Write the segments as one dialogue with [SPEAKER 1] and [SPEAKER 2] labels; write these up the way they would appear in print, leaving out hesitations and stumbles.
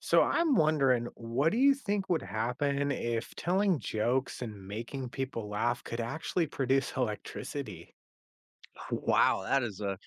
[SPEAKER 1] So I'm wondering, what do you think would happen if telling jokes and making people laugh could actually produce electricity?
[SPEAKER 2] Wow, that is a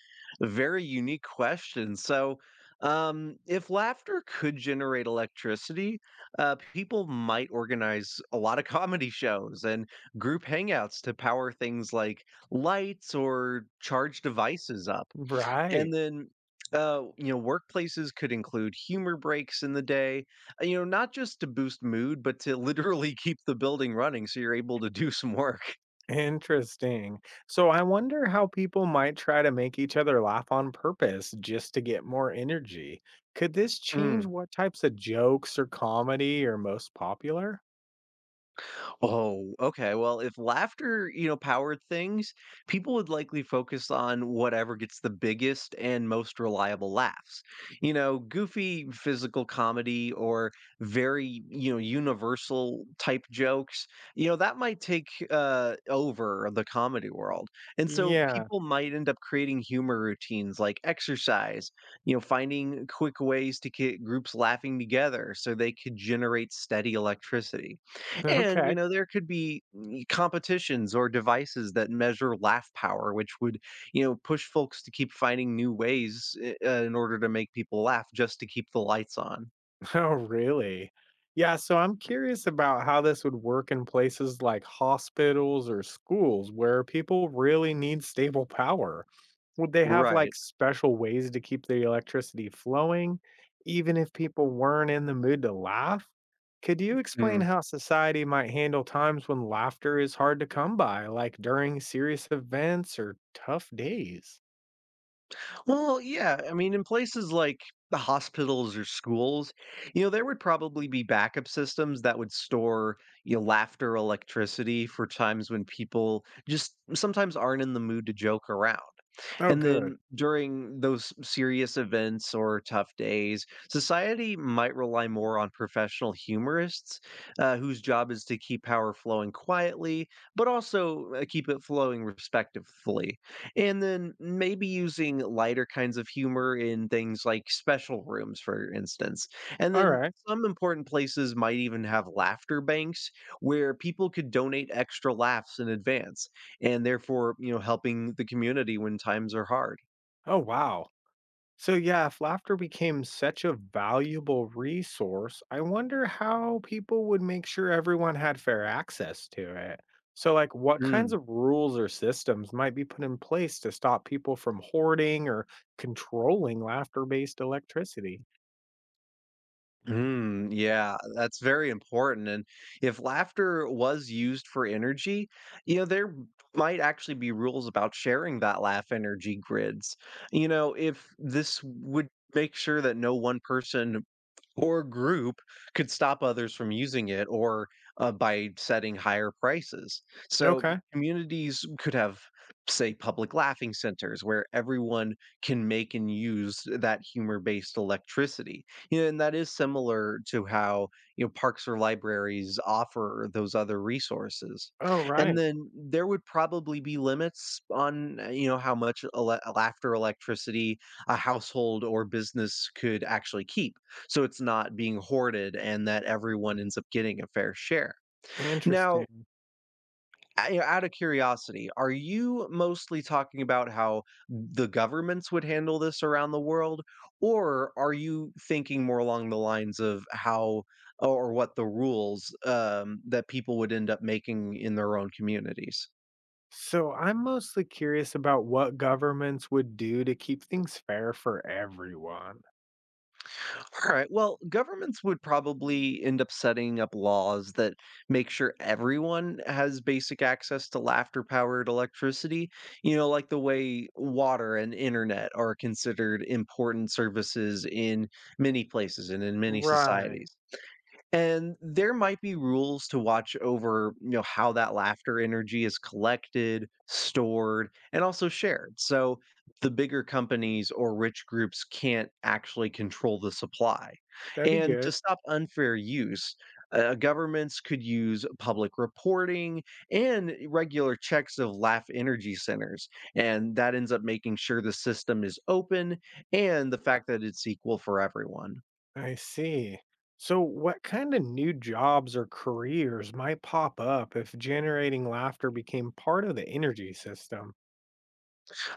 [SPEAKER 2] very unique question. If laughter could generate electricity, people might organize a lot of comedy shows and group hangouts to power things like lights or charge devices up.
[SPEAKER 1] Right.
[SPEAKER 2] And then, you know, Workplaces could include humor breaks in the day, not just to boost mood, but to literally keep the building running so you're able to do some work.
[SPEAKER 1] Interesting. So I wonder how people might try to make each other laugh on purpose just to get more energy. Could this change what types of jokes or comedy are most popular?
[SPEAKER 2] Oh, okay. Well, if laughter, powered things, people would likely focus on whatever gets the biggest and most reliable laughs. You know, goofy physical comedy or very, you know, universal type jokes, you know, that might take over the comedy world. And so
[SPEAKER 1] Yeah.
[SPEAKER 2] people might end up creating humor routines like exercise, you know, finding quick ways to get groups laughing together so they could generate steady electricity. And,
[SPEAKER 1] Okay.
[SPEAKER 2] you know, there could be competitions or devices that measure laugh power, which would, you know, push folks to keep finding new ways in order to make people laugh just to keep the lights on.
[SPEAKER 1] Oh, really? Yeah, so I'm curious about how this would work in places like hospitals or schools where people really need stable power. Would they have like
[SPEAKER 2] Right.
[SPEAKER 1] special ways to keep the electricity flowing, even if people weren't in the mood to laugh? Could you explain how society might handle times when laughter is hard to come by, like during serious events or tough days?
[SPEAKER 2] Well, yeah. I mean, in places like the hospitals or schools, you know, there would probably be backup systems that would store, you know, laughter electricity for times when people just sometimes aren't in the mood to joke around.
[SPEAKER 1] Oh,
[SPEAKER 2] And
[SPEAKER 1] good.
[SPEAKER 2] then during those serious events or tough days, society might rely more on professional humorists whose job is to keep power flowing quietly, but also keep it flowing respectfully. And then maybe using lighter kinds of humor in things like special rooms, for instance. And
[SPEAKER 1] All
[SPEAKER 2] then
[SPEAKER 1] right.
[SPEAKER 2] some important places might even have laughter banks where people could donate extra laughs in advance and therefore, you know, helping the community when times are hard.
[SPEAKER 1] Oh, wow. So, yeah, if laughter became such a valuable resource, I wonder how people would make sure everyone had fair access to it. So, like, what kinds
[SPEAKER 2] Mm.
[SPEAKER 1] of rules or systems might be put in place to stop people from hoarding or controlling laughter based electricity?
[SPEAKER 2] Mm, yeah, that's very important. And if laughter was used for energy, you know, there might actually be rules about sharing that laugh energy grids. You know, if this would make sure that no one person or group could stop others from using it or by setting higher prices. So
[SPEAKER 1] Okay.
[SPEAKER 2] communities could have, say, public laughing centers where everyone can make and use that humor-based electricity. You know, and that is similar to how you know parks or libraries offer those other resources.
[SPEAKER 1] Oh,
[SPEAKER 2] And
[SPEAKER 1] right.
[SPEAKER 2] then there would probably be limits on you know how much laughter electricity a household or business could actually keep so it's not being hoarded and that everyone ends up getting a fair share. Now,
[SPEAKER 1] Interesting.
[SPEAKER 2] you know, out of curiosity, are you mostly talking about how the governments would handle this around the world, or are you thinking more along the lines of how or what the rules that people would end up making in their own communities?
[SPEAKER 1] So, I'm mostly curious about what governments would do to keep things fair for everyone.
[SPEAKER 2] All right. Well, governments would probably end up setting up laws that make sure everyone has basic access to laughter powered electricity, you know, like the way water and internet are considered important services in many places and in many
[SPEAKER 1] Right.
[SPEAKER 2] societies, and there might be rules to watch over you know how that laughter energy is collected stored and also shared so the bigger companies or rich groups can't actually control the supply,
[SPEAKER 1] That'd be
[SPEAKER 2] and
[SPEAKER 1] good.
[SPEAKER 2] to stop unfair use governments could use public reporting and regular checks of laugh energy centers and that ends up making sure the system is open and the fact that it's equal for everyone.
[SPEAKER 1] I see. So, what kind of new jobs or careers might pop up if generating laughter became part of the energy system?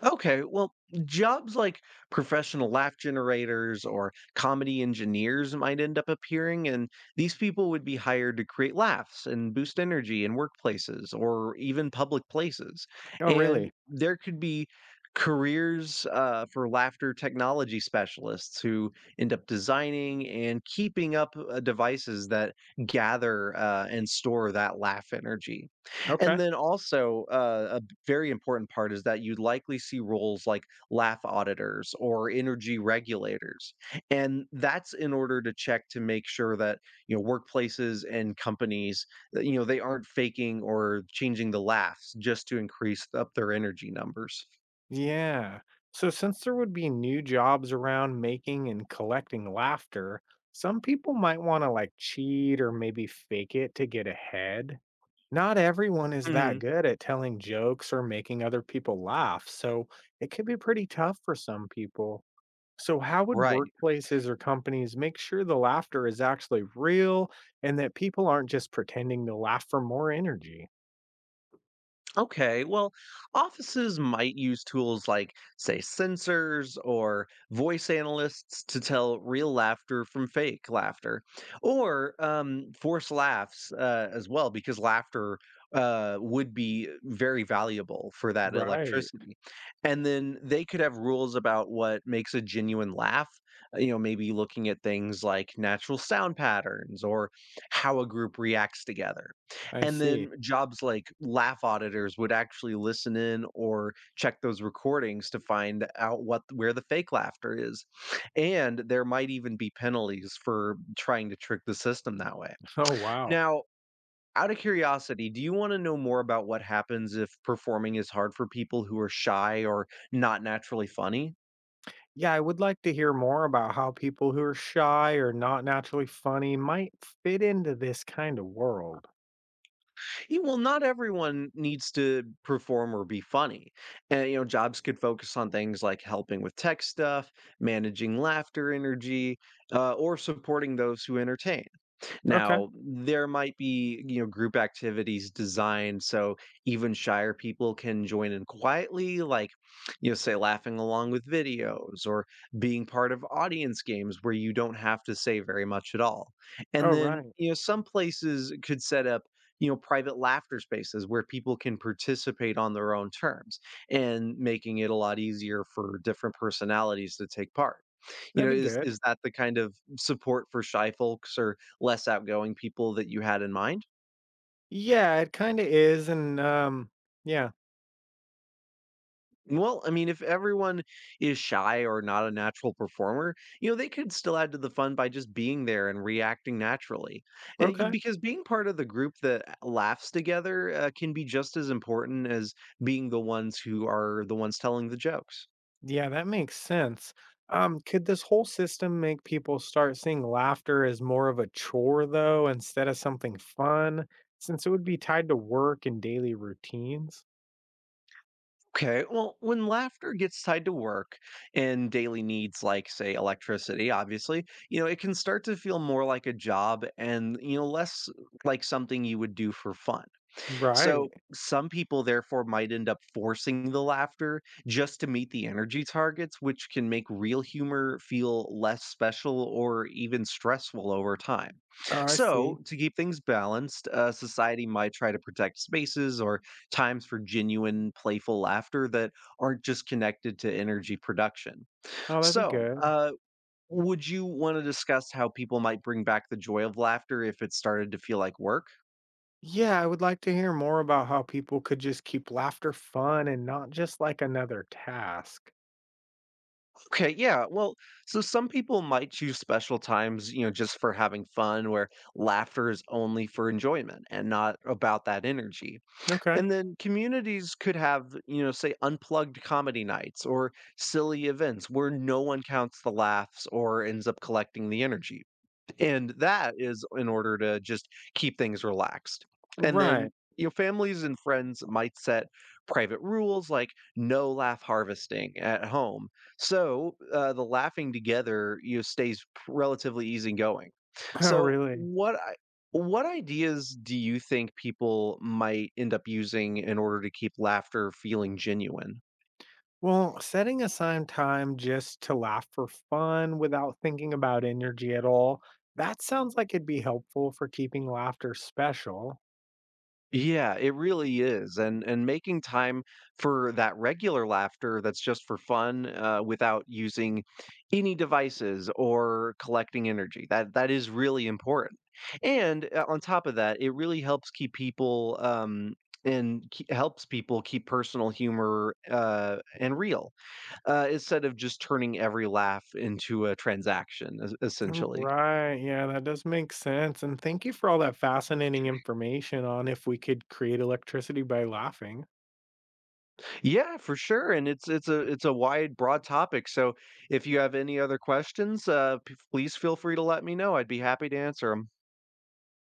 [SPEAKER 2] Okay, well, jobs like professional laugh generators or comedy engineers might end up appearing, and these people would be hired to create laughs and boost energy in workplaces or even public places.
[SPEAKER 1] Oh,
[SPEAKER 2] And
[SPEAKER 1] really?
[SPEAKER 2] there could be careers for laughter technology specialists who end up designing and keeping up devices that gather and store that laugh energy.
[SPEAKER 1] Okay.
[SPEAKER 2] And then also, very important part is that you likely see roles like laugh auditors or energy regulators and that's in order to check to make sure that you know workplaces and companies that, you know they aren't faking or changing the laughs just to increase up their energy numbers.
[SPEAKER 1] Yeah. So, since there would be new jobs around making and collecting laughter, some people might want to like cheat or maybe fake it to get ahead. Not everyone is that
[SPEAKER 2] Mhm.
[SPEAKER 1] good at telling jokes or making other people laugh, so it could be pretty tough for some people. So, how would
[SPEAKER 2] Right.
[SPEAKER 1] workplaces or companies make sure the laughter is actually real and that people aren't just pretending to laugh for more energy?
[SPEAKER 2] Okay, well, offices might use tools like, say, sensors or voice analysts to tell real laughter from fake laughter, or force laughs as well, because laughter would be very valuable for that
[SPEAKER 1] Right.
[SPEAKER 2] electricity. And then they could have rules about what makes a genuine laugh, you know, maybe looking at things like natural sound patterns or how a group reacts together.
[SPEAKER 1] I
[SPEAKER 2] And
[SPEAKER 1] see.
[SPEAKER 2] then jobs like laugh auditors would actually listen in or check those recordings to find out what where the fake laughter is. And there might even be penalties for trying to trick the system that way.
[SPEAKER 1] Oh, wow.
[SPEAKER 2] Now, out of curiosity, do you want to know more about what happens if performing is hard for people who are shy or not naturally funny?
[SPEAKER 1] Yeah, I would like to hear more about how people who are shy or not naturally funny might fit into this kind of world.
[SPEAKER 2] Yeah, well, not everyone needs to perform or be funny. And, you know, jobs could focus on things like helping with tech stuff, managing laughter energy, or supporting those who entertain.
[SPEAKER 1] Okay.
[SPEAKER 2] Now, there might be, you know, group activities designed so even shyer people can join in quietly, like, you know, say laughing along with videos or being part of audience games where you don't have to say very much at all.
[SPEAKER 1] Oh,
[SPEAKER 2] And then,
[SPEAKER 1] right.
[SPEAKER 2] you know, some places could set up you know private laughter spaces where people can participate on their own terms and making it a lot easier for different personalities to take part. You
[SPEAKER 1] That'd
[SPEAKER 2] know
[SPEAKER 1] be
[SPEAKER 2] is
[SPEAKER 1] good.
[SPEAKER 2] is that the kind of support for shy folks or less outgoing people that you had in mind?
[SPEAKER 1] Yeah, it kind of is. And yeah.
[SPEAKER 2] Well, I mean, if everyone is shy or not a natural performer, you know, they could still add to the fun by just being there and reacting naturally. And you,
[SPEAKER 1] Okay.
[SPEAKER 2] because being part of the group that laughs together can be just as important as being the ones who are the ones telling the jokes.
[SPEAKER 1] Yeah, that makes sense. Could this whole system make people start seeing laughter as more of a chore, though, instead of something fun, since it would be tied to work and daily routines?
[SPEAKER 2] Okay, well, when laughter gets tied to work and daily needs like, say, electricity, obviously, you know, it can start to feel more like a job and, you know, less like something you would do for fun.
[SPEAKER 1] Right.
[SPEAKER 2] So some people therefore might end up forcing the laughter just to meet the energy targets, which can make real humor feel less special or even stressful over time.
[SPEAKER 1] Oh, I see.
[SPEAKER 2] So, to keep things balanced, society might try to protect spaces or times for genuine, playful laughter that aren't just connected to energy production.
[SPEAKER 1] Oh, that'd be
[SPEAKER 2] So,
[SPEAKER 1] good.
[SPEAKER 2] uh, would you want to discuss how people might bring back the joy of laughter if it started to feel like work?
[SPEAKER 1] Yeah, I would like to hear more about how people could just keep laughter fun and not just like another task.
[SPEAKER 2] Okay, yeah. Well, so some people might choose special times, you know, just for having fun, where laughter is only for enjoyment and not about that energy.
[SPEAKER 1] Okay.
[SPEAKER 2] And then communities could have, you know, say unplugged comedy nights or silly events where no one counts the laughs or ends up collecting the energy. And that is in order to just keep things relaxed. And
[SPEAKER 1] Right.
[SPEAKER 2] then, you know, families and friends might set private rules like no laugh harvesting at home. So the laughing together, you know, stays relatively easygoing.
[SPEAKER 1] Oh,
[SPEAKER 2] So
[SPEAKER 1] really?
[SPEAKER 2] what I what ideas do you think people might end up using in order to keep laughter feeling genuine?
[SPEAKER 1] Well, setting aside time just to laugh for fun without thinking about energy at all, that sounds like it'd be helpful for keeping laughter special.
[SPEAKER 2] Yeah, it really is, and making time for that regular laughter that's just for fun, without using any devices or collecting energy. That is really important, and on top of that, it really helps keep people helps people keep personal humor and real instead of just turning every laugh into a transaction,
[SPEAKER 1] Mm,
[SPEAKER 2] essentially.
[SPEAKER 1] right. Yeah, that does make sense. And thank you for all that fascinating information on if we could create electricity by laughing.
[SPEAKER 2] Yeah, for sure, and it's a wide, broad topic. So if you have any other questions, please feel free to let me know. I'd be happy to answer them.